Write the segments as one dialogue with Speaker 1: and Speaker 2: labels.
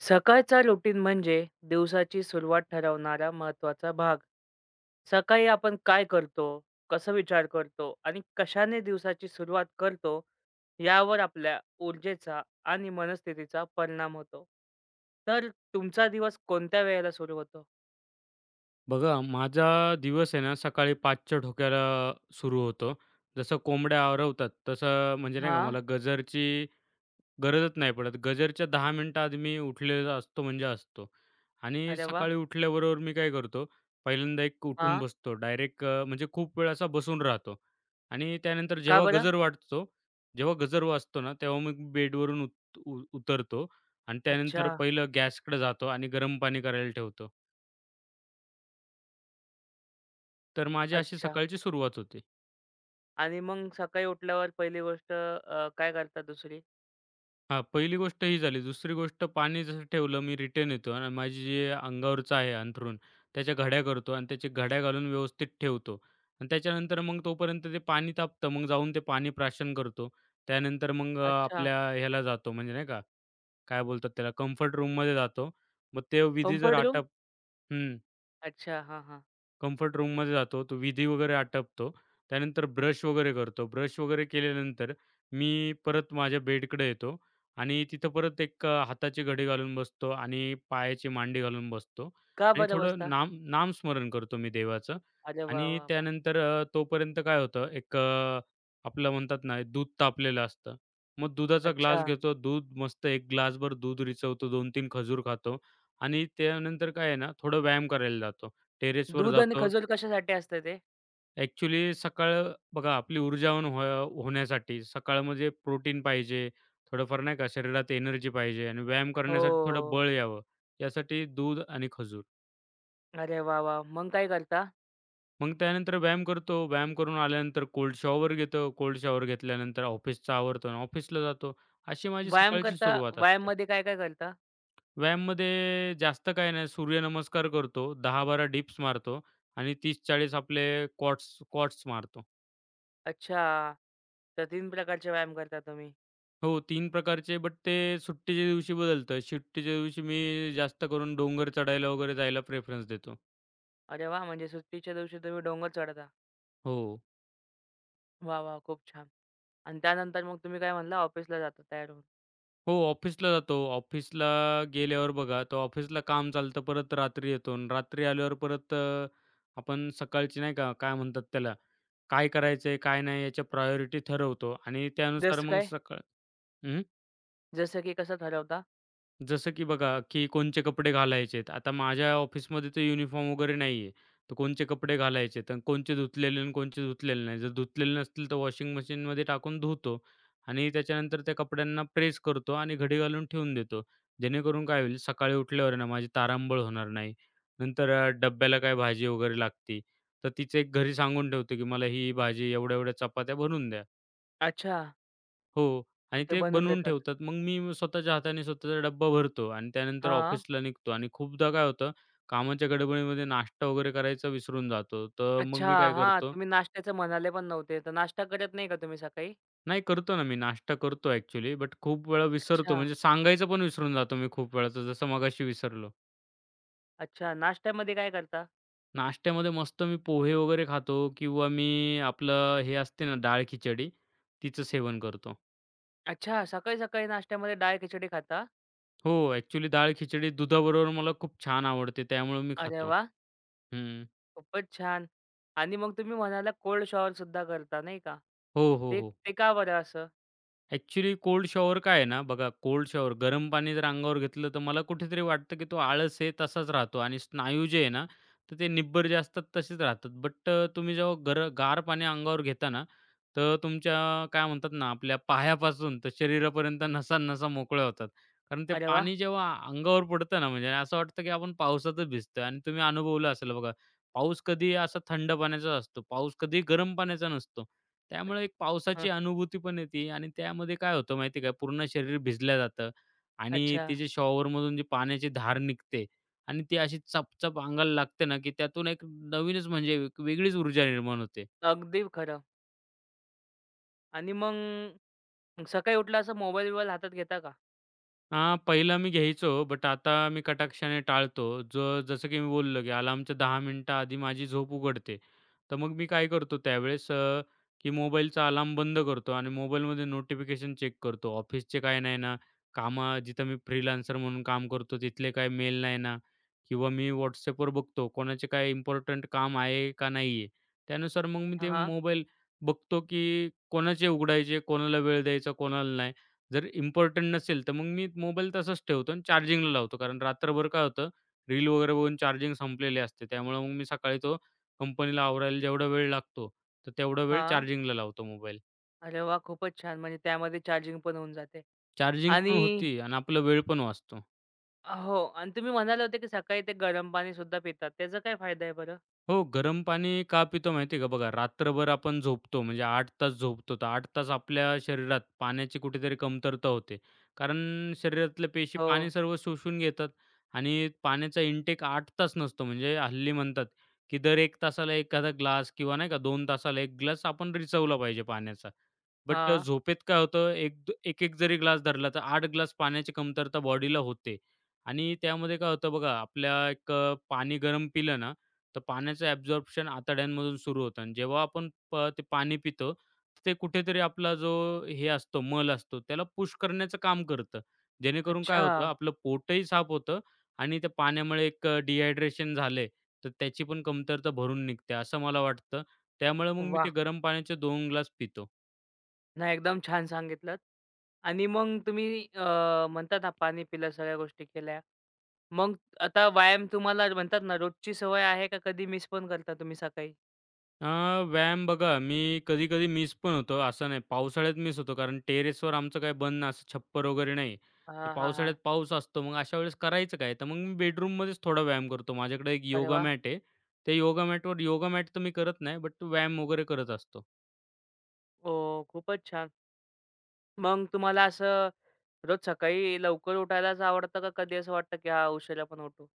Speaker 1: सकाळचा रुटीन म्हणजे दिवसाची सुरुवात ठरवणारा महत्वाचा भाग. सकाळी आपण काय करतो, कसं विचार करतो आणि कशाने दिवसाची सुरुवात करतो, यावर आपल्या ऊर्जेचा आणि मनस्थितीचा परिणाम होतो. तर तुमचा दिवस कोणत्या वेळेला सुरू होतो?
Speaker 2: बघा, माझा दिवस आहे ना, सकाळी 5च्या ठोक्याला सुरू होतो. जसं कोंबड्या आरवतात, तसं म्हणजे नाही का,
Speaker 1: हां.
Speaker 2: मला गजरची गरजच नाही पडत. गजरच्या 10 मिनिटं आधी मी उठलेला असतो म्हणजे असतो. आणि
Speaker 1: अरे वाह!
Speaker 2: सकाळी उठल्याबरोबर मी काय करतो, पहिल्यांदा एक उठून
Speaker 1: हां.
Speaker 2: बसतो. डायरेक्ट म्हणजे खूप वेळ असा बसून राहतो. आणि त्यानंतर
Speaker 1: का
Speaker 2: जेव्हा
Speaker 1: बरं?
Speaker 2: गजर वाजतो जेव्हा गजर वाजतो ना, तेव्हा मग बेडवरून उत उ उतरतो आणि
Speaker 1: अच्छा,
Speaker 2: त्यानंतर पहिलं गॅसकडे जातो आणि गरम पाणी करायला ठेवतो. तर माझी अशी
Speaker 1: अच्छा.
Speaker 2: सकाळची सुरुवात होते.
Speaker 1: आणि मग सकाळी उठल्यावर पहिली गोष्ट काय करता दुसरी?
Speaker 2: हां, पहिली गोष्ट ही झाली. दुसरी गोष्ट पाणी जसं ठेवलं मी रिटर्न येतो आणि माझी जे अंगावरचं आहे अंथरूण, त्याच्या घड्या करतो आणि त्याच्या घड्या घालून व्यवस्थित ठेवतो आणि त्याच्यानंतर मग तोपर्यंत ते पाणी तापतं. मग जाऊन ते पाणी प्राशन करतो. त्यानंतर मग
Speaker 1: अच्छा.
Speaker 2: आपल्या ह्याला जातो म्हणजे नाही का, काय बोलतात त्याला, कम्फर्ट रूममध्ये जातो. मग ते विधी जर
Speaker 1: कम्फर्ट रूम?
Speaker 2: आटप
Speaker 1: अच्छा. हां, हां.
Speaker 2: कम्फर्ट रूममध्ये जातो. तो विधी वगैरे आटपतो. त्यानंतर ब्रश वगैरे करतो. ब्रश वगैरे केल्यानंतर मी परत माझ्या बेडकडे येतो आणि तिथं परत एक हाताची घडी घालून बसतो आणि पायाची मांडी घालून बसतो
Speaker 1: का
Speaker 2: आणि
Speaker 1: बरं
Speaker 2: थोडं
Speaker 1: बसता?
Speaker 2: नामस्मरण करतो मी देवाचं.
Speaker 1: अरे वाह,
Speaker 2: आणि
Speaker 1: वाह, वाह!
Speaker 2: त्यानंतर अ, तोपर्यंत काय होतं एक अ, आपलं म्हणतात ना दूध तापलेलं असतं. मग दुधाचा
Speaker 1: अच्छा.
Speaker 2: ग्लास घेतो. दूध मस्त 1 ग्लासभर दूध रिचवतो. 2-3 खजूर खातो आणि त्यानंतर काय आहे ना थोडं व्यायाम करायला जातो. टेरेसवर
Speaker 1: दूध आणि
Speaker 2: जातो.
Speaker 1: खजूर कशासाठी असतं ते?
Speaker 2: ॲक्चुअली सकाळ बघा आपली ऊर्जावान व्हा होण्यासाठी सकाळमध्ये प्रोटीन पाहिजे, थोडंफार नाही का शरीरात एनर्जी पाहिजे आणि व्यायाम
Speaker 1: हो,
Speaker 2: करण्यासाठी थोडं
Speaker 1: हो.
Speaker 2: बळ यावं, यासाठी दूध आणि खजूर.
Speaker 1: अरे वाह! वाह! मग काय करता?
Speaker 2: मग त्यानंतर व्यायाम करतो. व्यायाम करून आल्यानंतर कोल्ड शॉवर घेतो. कोल्ड शॉवर घेतल्यानंतर ऑफिसचं आवरतो आणि ऑफिसला जातो. अशी माझी
Speaker 1: व्यायाम
Speaker 2: सकाळची
Speaker 1: करता
Speaker 2: सुरुवात असते.
Speaker 1: व्यायाममध्ये काय-काय करता?
Speaker 2: व्यायाममध्ये जास्त काही नाही, सूर्यनमस्कार करतो, 10-12 डिप्स मारतो आणि 30-40 आपले क्वाट्स क्वाट्स मारतो.
Speaker 1: अच्छा. तर 3 प्रकारचे व्यायाम करता तुम्ही.
Speaker 2: हो, 3 प्रकारचे, बट ते सुट्टीच्या दिवशी बदलतं. सुट्टीच्या दिवशी मी जास्त करून डोंगर चढायला वगैरे जायला प्रेफरन्स देतो.
Speaker 1: अरे वाह! म्हणजे सुट्टीच्या दिवशी तुम्ही डोंगर चढता.
Speaker 2: हो,
Speaker 1: वाह! वाह! खूप छान. आणि त्यानंतर मग तुम्ही काय म्हणला ऑफिसला जाता तयार होऊन.
Speaker 2: हो, ऑफिसला जातो. ऑफिसला गेल्यावर बघा, तो ऑफिसला काम चालतं, परत रात्री येतो आणि रात्री आल्यावर परत आपण सकाळची नाही का, काय म्हणतात त्याला, काय करायचं काय नाही याच्या प्रायोरिटी ठरवतो आणि त्यानुसार
Speaker 1: जसं
Speaker 2: मग
Speaker 1: काय?
Speaker 2: सकाळ
Speaker 1: जसं की कसं ठरवता?
Speaker 2: जसं की बघा, की कोणचे कपडे घालायचेत. आता माझ्या ऑफिसमध्ये तर युनिफॉर्म वगैरे नाहीये. तर कोणचे कपडे घालायचेत आणि कोणचे धुतलेले आणि कोणचे धुतलेले नाही. जर धुतलेले नसतील तर वॉशिंग मशीनमध्ये टाकून धुतो आणि त्याच्यानंतर त्या कपड्यांना प्रेस करतो आणि घडी घालून ठेवून देतो. जेणेकरून काय होईल, सकाळी उठल्यावर आहे ना माझी तारांबळ होणार नाही. नंतर डब्याला काय भाजी वगैरे लागते, तर तिचं एक घरी सांगून ठेवतो, की मला ही भाजी एवढ्या-एवढ्या चपात्या भरून द्या.
Speaker 1: अच्छा.
Speaker 2: हो.
Speaker 1: मग
Speaker 2: आणि
Speaker 1: ते
Speaker 2: ते
Speaker 1: बनवून
Speaker 2: बनवून
Speaker 1: देतात.
Speaker 2: ठेवतात. मग मी स्वतःच्या हाताने स्वतःचा डब्बा भरतो आणि त्यानंतर
Speaker 1: हां.
Speaker 2: ऑफिसला निघतो आणि खूपदा काय होतं, कामाच्या गडबडीमध्ये नाश्ता वगैरे करायचा विसरून जातो. तर मग
Speaker 1: अच्छा.
Speaker 2: मी काय
Speaker 1: हां.
Speaker 2: करतो
Speaker 1: तुम्ही नाश्त्याचं म्हणाले पण नव्हते. तर नाश्ता करत नाही का तुम्ही सकाळी?
Speaker 2: नाही करतो ना मी नाश्ता करतो ॲक्चुअली, बट खूप वेळा
Speaker 1: अच्छा.
Speaker 2: विसरतो म्हणजे सांगायचं पण विसरून जातो मी खूप वेळाचं जसं मगाशी विसरलो.
Speaker 1: अच्छा. नाश्त्यामध्ये काय करता?
Speaker 2: नाश्त्यामध्ये मस्त मी पोहे वगैरे खातो किंवा मी आपलं हे असते ना डाळ खिचडी, तिचं सेवन करतो.
Speaker 1: अच्छा, सकाळी-सकाळी नाश्त्यामध्ये डाळ-खिचडी खाता?
Speaker 2: हो, ॲक्चुअली डाळ खिचडी दुधाबरोबर मला खूप छान आवडते त्यामुळे मी
Speaker 1: अरे
Speaker 2: खातो.
Speaker 1: वाह!
Speaker 2: हं.
Speaker 1: खूपच छान. आणि मग तुम्ही म्हणाला कोल्ड शॉवर सुद्धा करता नाही का?
Speaker 2: हो, हो,
Speaker 1: ते
Speaker 2: हो.
Speaker 1: ते का बरं असं?
Speaker 2: ॲक्चुअली कोल्ड शॉवर काय आहे ना, बघा कोल्ड शॉवर गरम पाणी जर अंगावर घेतलं, तर मला कुठेतरी वाटतं की तो आळस आहे तसाच राहतो आणि स्नायू जे आहे ना, तर ते निब्बर जे असतात तसेच राहतात. बट तुम्ही जेव्हा गार पाणी अंगावर घेता ना, तर तुमच्या काय म्हणतात ना, आपल्या पायापासून तर शरीरापर्यंत नसा-नसा मोकळ्या होतात. कारण ते
Speaker 1: अरे वाह!
Speaker 2: पाणी जेव्हा अंगावर पडतं ना, म्हणजे असं वाटतं की आपण पावसातच भिजतोय आणि तुम्ही अनुभवलं असेल बघा, पाऊस कधीही असा थंड पाण्याचा असतो, पाऊस कधीही गरम पाण्याचा नसतो. त्यामुळे एक
Speaker 1: हं,
Speaker 2: पावसाची अनुभूती पण येते आणि त्यामध्ये काय होतं माहिती आहे का, पूर्ण शरीर भिजलं जातं आणि
Speaker 1: अच्छा.
Speaker 2: ते जे शॉवरमधून जी पाण्याची धार निघते आणि ती अशी चपचप अंगाला लागते ना, की त्यातून एक नवीनच म्हणजे एक वेगळीच ऊर्जा निर्माण होते.
Speaker 1: अगदी खरं. आणि मग सकाळी उठला असं मोबाईल-बिबाईल हातात घेता का?
Speaker 2: हां, पहिला मी घ्यायचो, बट आता मी कटाक्षाने टाळतो. जो जसं की मी बोललो, की अलार्मच्या 10 मिनिटं आधी माझी झोप उघडते. तर मग मी काय करतो त्यावेळेस की मोबाईलचा अलार्म बंद करतो आणि मोबाईलमध्ये नोटिफिकेशन चेक करतो. ऑफिसचे काय नाही ना, कामं जिथं मी फ्रीलान्सर म्हणून काम करतो तिथले काय मेल नाही ना किंवा मी WhatsAppवर बघतो कोणाचे काय इम्पोर्टंट काम आहे का नाही आहे. त्यानुसार मग मी
Speaker 1: हां,
Speaker 2: ते
Speaker 1: हां.
Speaker 2: मोबाईल बघतो, की कोणाचे उघडायचे, कोणाला वेळ द्यायचा, कोणाला नाही. जर इम्पोर्टंट नसेल, तर मग मी मोबाईल तसाच ठेवतो आणि चार्जिंगला लावतो. कारण रात्रभर काय होतं, रील वगैरे बघून चार्जिंग संपलेली असते. त्यामुळे मग मी सकाळी तो कंपनीला आवरायला जेवढा वेळ लागतो, तर तेवढा वेळ चार्जिंगला लावतो मोबाईल.
Speaker 1: अरे वाह! खूपच छान. म्हणजे त्यामध्ये चार्जिंग पण होऊन जाते.
Speaker 2: चार्जिंग पण
Speaker 1: आणि
Speaker 2: होती आणि आपला वेळ पण वाचतो.
Speaker 1: हो. आणि तुम्ही म्हणाले होते, की सकाळी ते गरम पाणी सुद्धा पितात. त्याचा काय फायदा आहे बरं?
Speaker 2: हो, गरम पाणी का पितो माहिती आहे का? बघा, रात्रभर आपण झोपतो म्हणजे 8 तास झोपतो, तर 8 तास आपल्या शरीरात पाण्याची कुठेतरी कमतरता होते. कारण शरीरातल्या पेशी
Speaker 1: हो.
Speaker 2: पाणी सर्व शोषून घेतात आणि पाण्याचा इंटेक 8 तास नसतो. म्हणजे हल्ली म्हणतात, की दर एक तासाला एखादा ग्लास किंवा नाही का 2 तासाला 1 ग्लास आपण रिचवला पाहिजे पाण्याचा. बट
Speaker 1: हां.
Speaker 2: झोपेत काय होतं, एक द एक-एक जरी ग्लास धरला, तर 8 ग्लास पाण्याची कमतरता बॉडीला होते. आणि त्यामध्ये काय होतं बघा, आपल्या पाणी गरम पिलं ना, तर पाण्याचं ॲब्झॉर्प्शन आतड्यांमधून सुरू होतं आणि जेव्हा आपण ते पाणी पितो, तर ते कुठेतरी आपला जो हे असतो, मल असतो, त्याला पुश करण्याचं काम करतं. जेणेकरून काय
Speaker 1: अच्छा.
Speaker 2: होतं, आपलं पोटही साफ होतं आणि त्या पाण्यामुळे एक डिहायड्रेशन झाले, तर त्याची पण कमतरता भरून निघते, असं मला वाटतं. त्यामुळे मग मी ते गरम पाण्याचे 2 ग्लास पितो.
Speaker 1: नाही, एकदम छान सांगितलंत. आणि मग तुम्ही म्हणतात ना पाणी पिलं, सगळ्या गोष्टी केल्या. मग आता व्यायाम तुम्हाला म्हणतात ना रोजची सवय आहे का कधी मिस पण करता तुम्ही सकाळी?
Speaker 2: अ, व्यायाम बघा, मी कधी-कधी मिस पण होतो. असं नाही, पावसाळ्यात मिस होतो कारण टेरेसवर आमचं काही बंद ना, असं छप्पर वगैरे नाही. ते
Speaker 1: हां, हां,
Speaker 2: पावसाळ्यात
Speaker 1: हां.
Speaker 2: पाऊस असतो. मग अशा वेळेस करायचं काय? तर मग मी बेडरूममध्येच थोडा व्यायाम करतो. माझ्याकडे एक
Speaker 1: अरे
Speaker 2: योगा
Speaker 1: वाह!
Speaker 2: मॅट आहे. त्या योगा मॅटवर योगा मॅट तर मी करत नाही, बट व्यायाम वगैरे करत असतो.
Speaker 1: ओ खूपच छान. मग तुम्हाला असं रोज सकाळी लवकर उठायलाच आवडतं का कधी असं वाटतं की हां, उशिरा पण उठू?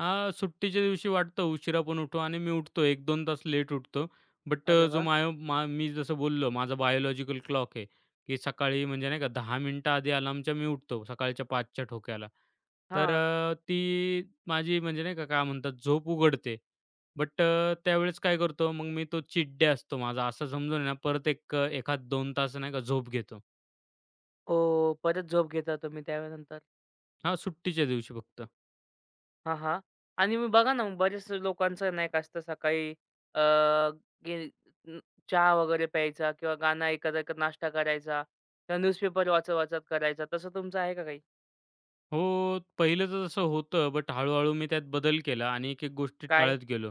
Speaker 2: हां, सुट्टीच्या दिवशी वाटतं उशिरा पण उठू आणि मी उठतो एक 2 तास लेट उठतो. बट
Speaker 1: अरे
Speaker 2: जो
Speaker 1: वाह!
Speaker 2: माय मा मी जसं बोललो माझा बायोलॉजिकल क्लॉक आहे, की सकाळी म्हणजे नाही का 10 मिनिटं आधी अलार्मच्या मी उठतो सकाळच्या 5 च्या ठोक्याला. तर
Speaker 1: हां.
Speaker 2: ती माझी म्हणजे नाही का काय म्हणतात झोप उघडते. बट त्यावेळेस काय करतो मग मी तो चीट असतो माझा असं समजून आहे ना परत एक 1-2 तास नाही का झोप घेतो.
Speaker 1: ओ परत झोप घेता तुम्ही त्यावेळेनंतर?
Speaker 2: हां, सुट्टीच्या दिवशी फक्त.
Speaker 1: हां, हां. आणि मग बघा ना, मग बऱ्याच लोकांचं नाही का असतं सकाळी अ, गे न चहा वगैरे प्यायचा किंवा गाणं ऐकत-ऐकत नाश्ता करायचा किंवा न्यूजपेपर वाचत-वाचत करायचा. तसं तुमचं आहे का काही?
Speaker 2: हो, पहिलं तर तसं होतं, बट हळू-हळू मी त्यात बदल केला आणि एक-एक गोष्टी
Speaker 1: काय?
Speaker 2: टाळत गेलो.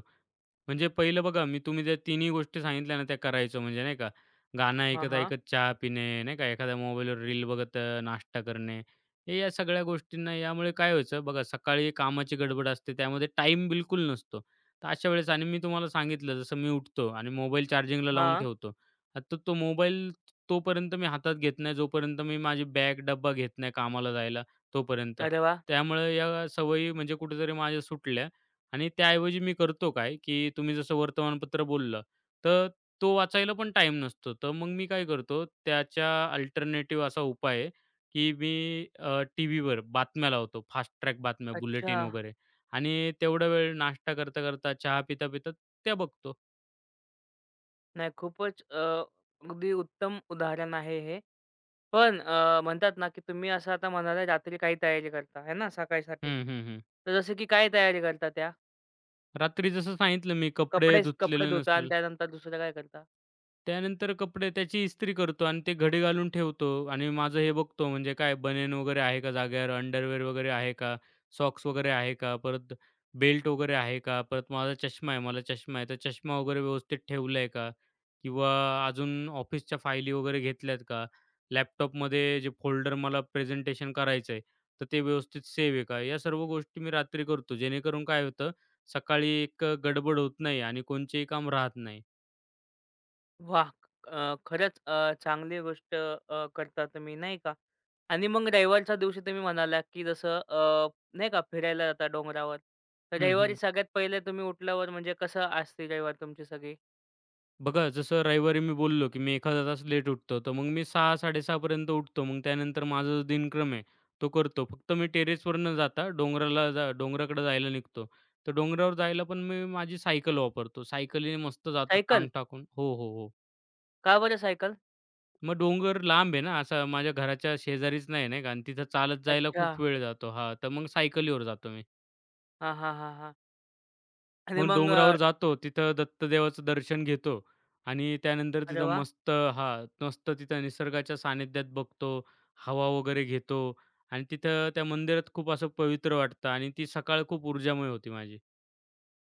Speaker 2: म्हणजे पहिलं बघा मी तुम्ही ज्या तिन्ही गोष्टी सांगितल्या ना, त्या करायचो म्हणजे नाही का. गाणं
Speaker 1: हां, हां.
Speaker 2: ऐकत-ऐकत चहा पिणे, नाही का, एखाद्या मोबाईलवर रील बघत नाश्ता करणे. हे या सगळ्या गोष्टींना यामुळे काय व्हायचं बघा, सकाळी कामाची गडबड असते, त्यामध्ये टाईम बिलकुल नसतो. तर अशा वेळेस आणि मी तुम्हाला सांगितलं जसं मी उठतो आणि मोबाईल चार्जिंगला लावून
Speaker 1: हां.
Speaker 2: ठेवतो. आता तो मोबाईल तोपर्यंत मी हातात घेत नाही, जोपर्यंत मी माझी बॅग, डब्बा घेत नाही कामाला जायला तोपर्यंत.
Speaker 1: अरे वाह!
Speaker 2: त्यामुळे या सवयी म्हणजे कुठेतरी माझ्या सुटल्या. आणि त्याऐवजी मी करतो काय, की तुम्ही जसं वर्तमानपत्र बोललं, तर तो वाचायला पण टाइम नसतो. तर मग मी काय करतो, त्याच्या अल्टरनेटिव्ह असा उपाय आहे, की मी टीव्हीवर बातम्या लावतो, फास्ट ट्रॅक बातम्या,
Speaker 1: अच्छा.
Speaker 2: बुलेटिन वगैरे आणि तेवढा वेळ नाश्ता करता-करता, चहा पिता-पिता त्या बघतो.
Speaker 1: नाही, खूपच अगदी उत्तम उदाहरण आहे हे. पण म्हणतात ना, की तुम्ही असं आता म्हणाला रात्री काही तयारी करता आहे ना सकाळीसाठी.
Speaker 2: हं, हं, हं.
Speaker 1: तर जसं की काय तयारी करता त्या?
Speaker 2: रात्री जसं सांगितलं मी कपडे
Speaker 1: कपडे
Speaker 2: धुतलेले
Speaker 1: धुता आणि
Speaker 2: नसतील
Speaker 1: त्यानंतर दुसरं काय करता?
Speaker 2: त्यानंतर कपडे त्याची इस्त्री करतो आणि ते घडी घालून ठेवतो आणि माझं हे बघतो म्हणजे काय बनियन वगैरे आहे का जाग्यावर, अंडरवेअर वगैरे आहे का, सॉक्स वगैरे आहे का, परत बेल्ट वगैरे आहे का, परत माझा चष्मा आहे, मला चष्मा आहे, तर चष्मा वगैरे व्यवस्थित ठेवला आहे का किंवा अजून ऑफिसच्या फायली वगैरे घेतल्यात का, लॅपटॉपमध्ये जे फोल्डर मला प्रेझेंटेशन करायचं आहे, तर ते व्यवस्थित सेव्ह आहे का, या सर्व गोष्टी मी रात्री करतो जेणेकरून काय होतं, सकाळी एक गडबड होत नाही आणि कोणचेही काम राहत नाही.
Speaker 1: वाह! खरंच चांगली गोष्ट करता तुम्ही नाही का? आणि मग रविवारच्या दिवशी तुम्ही म्हणाला, की जसं नाही का फिरायला जाता डोंगरावर. तर
Speaker 2: हं,
Speaker 1: रविवारी
Speaker 2: हं.
Speaker 1: सगळ्यात पहिले तुम्ही उठल्यावर म्हणजे कसं असते रविवारी तुमची सगळी?
Speaker 2: बघा, जसं रविवारी मी बोललो, की मी एखादा तास लेट उठतो. तर मग मी 6-6:30 उठतो. मग त्यानंतर माझा जो दिनक्रम आहे, तो करतो. फक्त मी टेरेसवर न जाता डोंगराला जा डोंगराकडे जायला निघतो. तर डोंगरावर जायला पण मी माझी सायकल वापरतो. सायकलीने मस्त जातो
Speaker 1: सायकल?
Speaker 2: टांग टाकून. हो, हो, हो.
Speaker 1: का बरं सायकल?
Speaker 2: मग डोंगर लांब आहे ना, असा माझ्या घराच्या शेजारीच नाही, नाही का आणि तिथं चालत जायला
Speaker 1: अच्छा.
Speaker 2: खूप वेळ जातो. हां, तर मग सायकलीवर जातो मी.
Speaker 1: हां, हां, हां, हां. आणि
Speaker 2: मग
Speaker 1: मग अ,
Speaker 2: डोंगरावर जातो, तिथं दत्तदेवाचं दर्शन घेतो आणि त्यानंतर
Speaker 1: अरे
Speaker 2: तिथं
Speaker 1: वाह!
Speaker 2: मस्त हां, मस्त तिथं निसर्गाच्या सानिध्यात बघतो, हवा वगैरे घेतो आणि तिथं त्या मंदिरात खूप असं पवित्र वाटतं आणि ती सकाळ खूप ऊर्जामय होती माझी.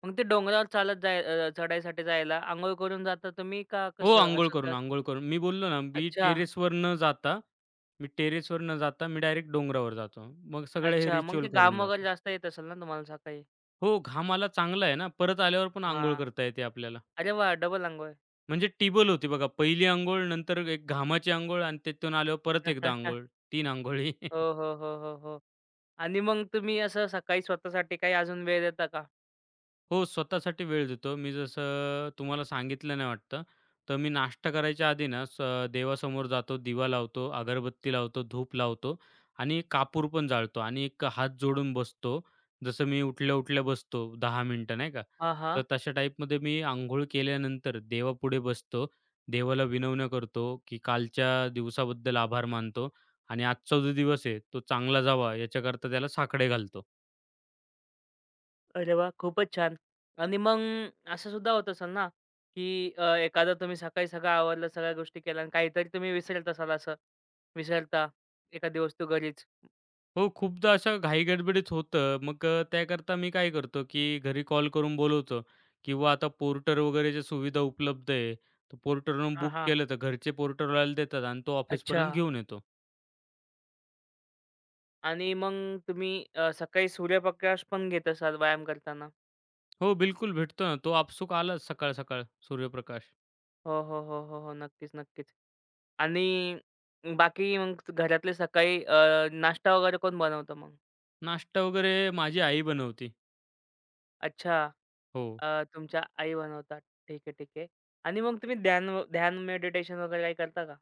Speaker 1: मग ते डोंगरावर चढायसाठी जायला अंघोळ करून जाता तुम्ही का
Speaker 2: हो,
Speaker 1: कसं
Speaker 2: अंघोळ
Speaker 1: असं
Speaker 2: करून,
Speaker 1: जात?
Speaker 2: अंघोळ करून. मी बोललो ना,
Speaker 1: अच्छा,
Speaker 2: मी टेरेसवर न जाता मी डायरेक्ट डोंगरावर जातो. मग सगळे हे
Speaker 1: अच्छा. मग
Speaker 2: रिच्युअल
Speaker 1: ते
Speaker 2: करून
Speaker 1: घाम वगैरे
Speaker 2: जातो.
Speaker 1: जास्त येत असेल ना तुम्हाला सकाळी?
Speaker 2: हो, घाम आला आहे ना, परत आल्यावर पण अंघोळ
Speaker 1: हां.
Speaker 2: करता येते आपल्याला.
Speaker 1: अरे वाह! डबल अंघोळ.
Speaker 2: म्हणजे टिबल होती बघा. पहिली अंघोळ, नंतर एक घामाची अंघोळ आणि त्यातून आल्यावर परत एकदा अंघोळ. 3 अंघोळी.
Speaker 1: हो, हो, हो, हो, हो. आणि मग तुम्ही असं सकाळी स्वतःसाठी काही अजून वेळ देता का?
Speaker 2: हो, स्वतःसाठी वेळ देतो. मी जसं तुम्हाला सांगितलं नाही वाटतं, तर मी नाश्ता करायच्या आधी ना देवासमोर जातो, दिवा लावतो, अगरबत्ती लावतो, धूप लावतो आणि कापूर पण जाळतो आणि एक हात जोडून बसतो. जसं मी उठल्या-उठल्या बसतो 10 मिनिटं नाही का,
Speaker 1: हां, हां.
Speaker 2: तर तशा टाईपमध्ये मी अंघोळ केल्यानंतर देवापुढे बसतो. देवाला विनवण्या करतो, की कालच्या दिवसाबद्दल आभार मानतो आणि आजचा जो दिवस आहे, तो चांगला जावा याच्याकरता त्याला साकडे घालतो.
Speaker 1: अरे वाह! खूपच छान. आणि मग असं सुद्धा होत असेल ना, की एखादा तुम्ही सकाळी सगळं आवरलं, सगळ्या गोष्टी केल्या आणि काहीतरी तुम्ही विसरत असाल असं. विसरता एखादी वस्तू घरीच.
Speaker 2: हो, खूपदा अशा घाई-गडबडीत होतं. मग त्याकरता मी काय करतो, की घरी कॉल करून बोलवतो किंवा आता पोर्टर वगैरेच्या सुविधा उपलब्ध आहे. तर पोर्टरवरून
Speaker 1: हां,
Speaker 2: बुक
Speaker 1: हां.
Speaker 2: केलं तर घरचे पोर्टरवाल्याला देतात आणि तो
Speaker 1: अच्छा.
Speaker 2: ऑफिसपर्यंत घेऊन येतो.
Speaker 1: आणि मग तुम्ही सकाळी सूर्यप्रकाश पण घेत असाल व्यायाम करताना.
Speaker 2: हो, बिलकुल भेटतो ना. तो आपसूक आलाच सकाळ-सकाळ सूर्यप्रकाश.
Speaker 1: हो, हो, हो, हो, हो. नक्कीच, नक्कीच. आणि बाकी मग घरातले सकाळी नाश्ता वगैरे कोण बनवतं मग?
Speaker 2: नाश्ता वगैरे माझी आई बनवते.
Speaker 1: अच्छा.
Speaker 2: हो.
Speaker 1: अ, तुमच्या आई बनवतात. ठीक आहे, ठीक आहे. आणि मग तुम्ही ध्यान व ध्यान मेडिटेशन वगैरे काही करता का?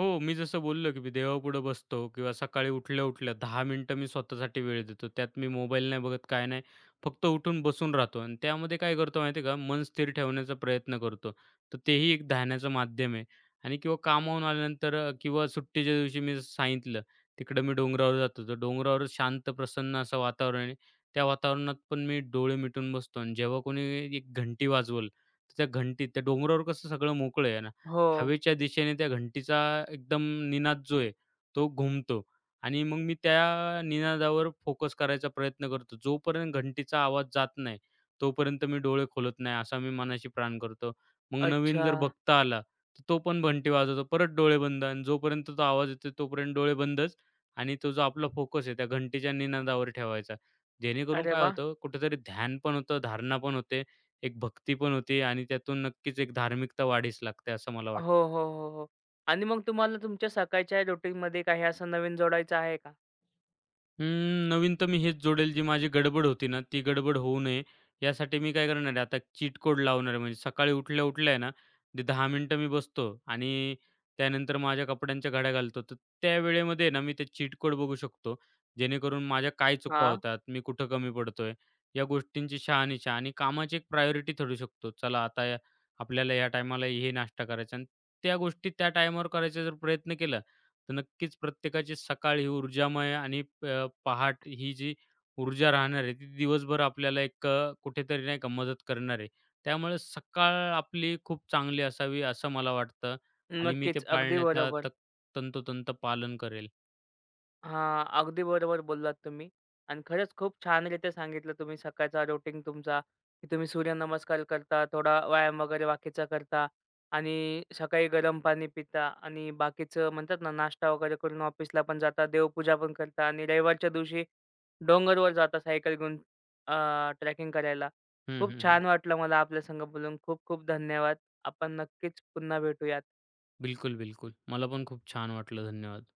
Speaker 2: हो, मी जसं बोललो, की मी देवापुढं बसतो किंवा सकाळी उठल्या-उठल्या 10 मिनिटं मी स्वतःसाठी वेळ देतो. त्यात मी मोबाईल नाही बघत, काय नाही. फक्त उठून बसून राहतो आणि त्यामध्ये काय करतो माहिती आहे का, मन स्थिर ठेवण्याचा प्रयत्न करतो. तर तेही एक ध्यानाचं माध्यम आहे आणि किंवा कामावून आल्यानंतर किंवा सुट्टीच्या दिवशी मी जसं सांगितलं, तिकडं मी डोंगरावर जातो. तर डोंगरावर शांत, प्रसन्न असं वातावरण आहे. त्या वातावरणात पण मी डोळे मिटून बसतो आणि जेव्हा कोणी एक घंटी वाजवल, तर त्या घंटीत त्या डोंगरावर कसं सगळं मोकळं आहे
Speaker 1: हो.
Speaker 2: हवेच्या दिशेने त्या घंटीचा एकदम निनाद जो आहे, तो घुमतो आणि मग मी त्या निनादावर फोकस करायचा प्रयत्न करतो. जोपर्यंत घंटीचा आवाज जात नाही, तोपर्यंत मी डोळे खोलत नाही, असा मी मनाशी प्राण करतो. मग नवीन
Speaker 1: अच्छा.
Speaker 2: जर भक्त आला, तर तो पण घंटी वाजवतो. परत डोळे बंद आणि जोपर्यंत तो आवाज येतो, तोपर्यंत डोळे बंदच आणि तो जो आपला फोकस आहे, त्या घंटीच्या निनादावर ठेवायचा. जेणेकरून
Speaker 1: अरे
Speaker 2: काय
Speaker 1: वाह!
Speaker 2: होतं, कुठेतरी ध्यान पण होतं, धारणा पण होते एक भक्ती पण होते आणि त्यातून नक्कीच एक धार्मिकता वाढीस लागते असं मला
Speaker 1: हो,
Speaker 2: वाटतं.
Speaker 1: हो, हो, हो. आणि मग तुम्हाला तुमच्या सकाळच्या रुटीनमध्ये काही असं नवीन जोडायचं आहे का?
Speaker 2: अं, नवीन तर मी हेच जोडेल जी माझी गडबड होती ना, ती गडबड होऊ नये यासाठी मी काय करणार आहे आता चीट कोड लावणार आहे. म्हणजे सकाळी उठल्या-उठल्या आहे ना, ते 10 मिनिटं मी बसतो आणि त्यानंतर माझ्या कपड्यांच्या घड्या घालतो. तर त्या वेळेमध्ये ना, मी ते चीट कोड बघू शकतो. जेणेकरून माझ्या काय चुका
Speaker 1: हां.
Speaker 2: होतात, मी कुठं कमी पडतोय, या गोष्टींची शहानिशा आणि कामाची एक प्रायोरिटी ठरू शकतो. चला आता या आपल्याला या टायमाला हे नाश्ता करायचा आणि त्या गोष्टी त्या टायमावर करायचा जर प्रयत्न केला, तर नक्कीच प्रत्येकाची सकाळ ही ऊर्जामय आणि पहाट ही जी ऊर्जा राहणार आहे, ती दिवसभर आपल्याला एक कुठेतरी नाही का मदत करणार आहे. त्यामुळे सकाळ आपली खूप चांगली असावी असं मला वाटतं आणि मी ते
Speaker 1: नक्कीच. अगदी
Speaker 2: पाळण्याचा
Speaker 1: बरोबर.
Speaker 2: तंतोतंत पालन करेल.
Speaker 1: हां, अगदी बरोबर बोललात तुम्ही. आणि खरंच खूप छानरीत्या सांगितलं तुम्ही सकाळचा रुटीन तुमचा, की तुम्ही सूर्यनमस्कार करता, थोडा व्यायाम वगैरे बाकीचा करता आणि सकाळी गरम पाणी पिता आणि बाकीचं म्हणतात ना, नाश्ता वगैरे करून ऑफिसला पण जाता, देवपूजा पण करता आणि रविवारच्या दिवशी डोंगरवर जाता सायकल घेऊन अ, करायला.
Speaker 2: हं,
Speaker 1: खूप
Speaker 2: हं, हं.
Speaker 1: छान वाटलं मला आपल्या संग बोलून. खूप खूप धन्यवाद. आपण नक्कीच पुन्हा भेटूयात.
Speaker 2: बिलकुल, बिलकुल. मला पण खूप छान वाटलं. धन्यवाद.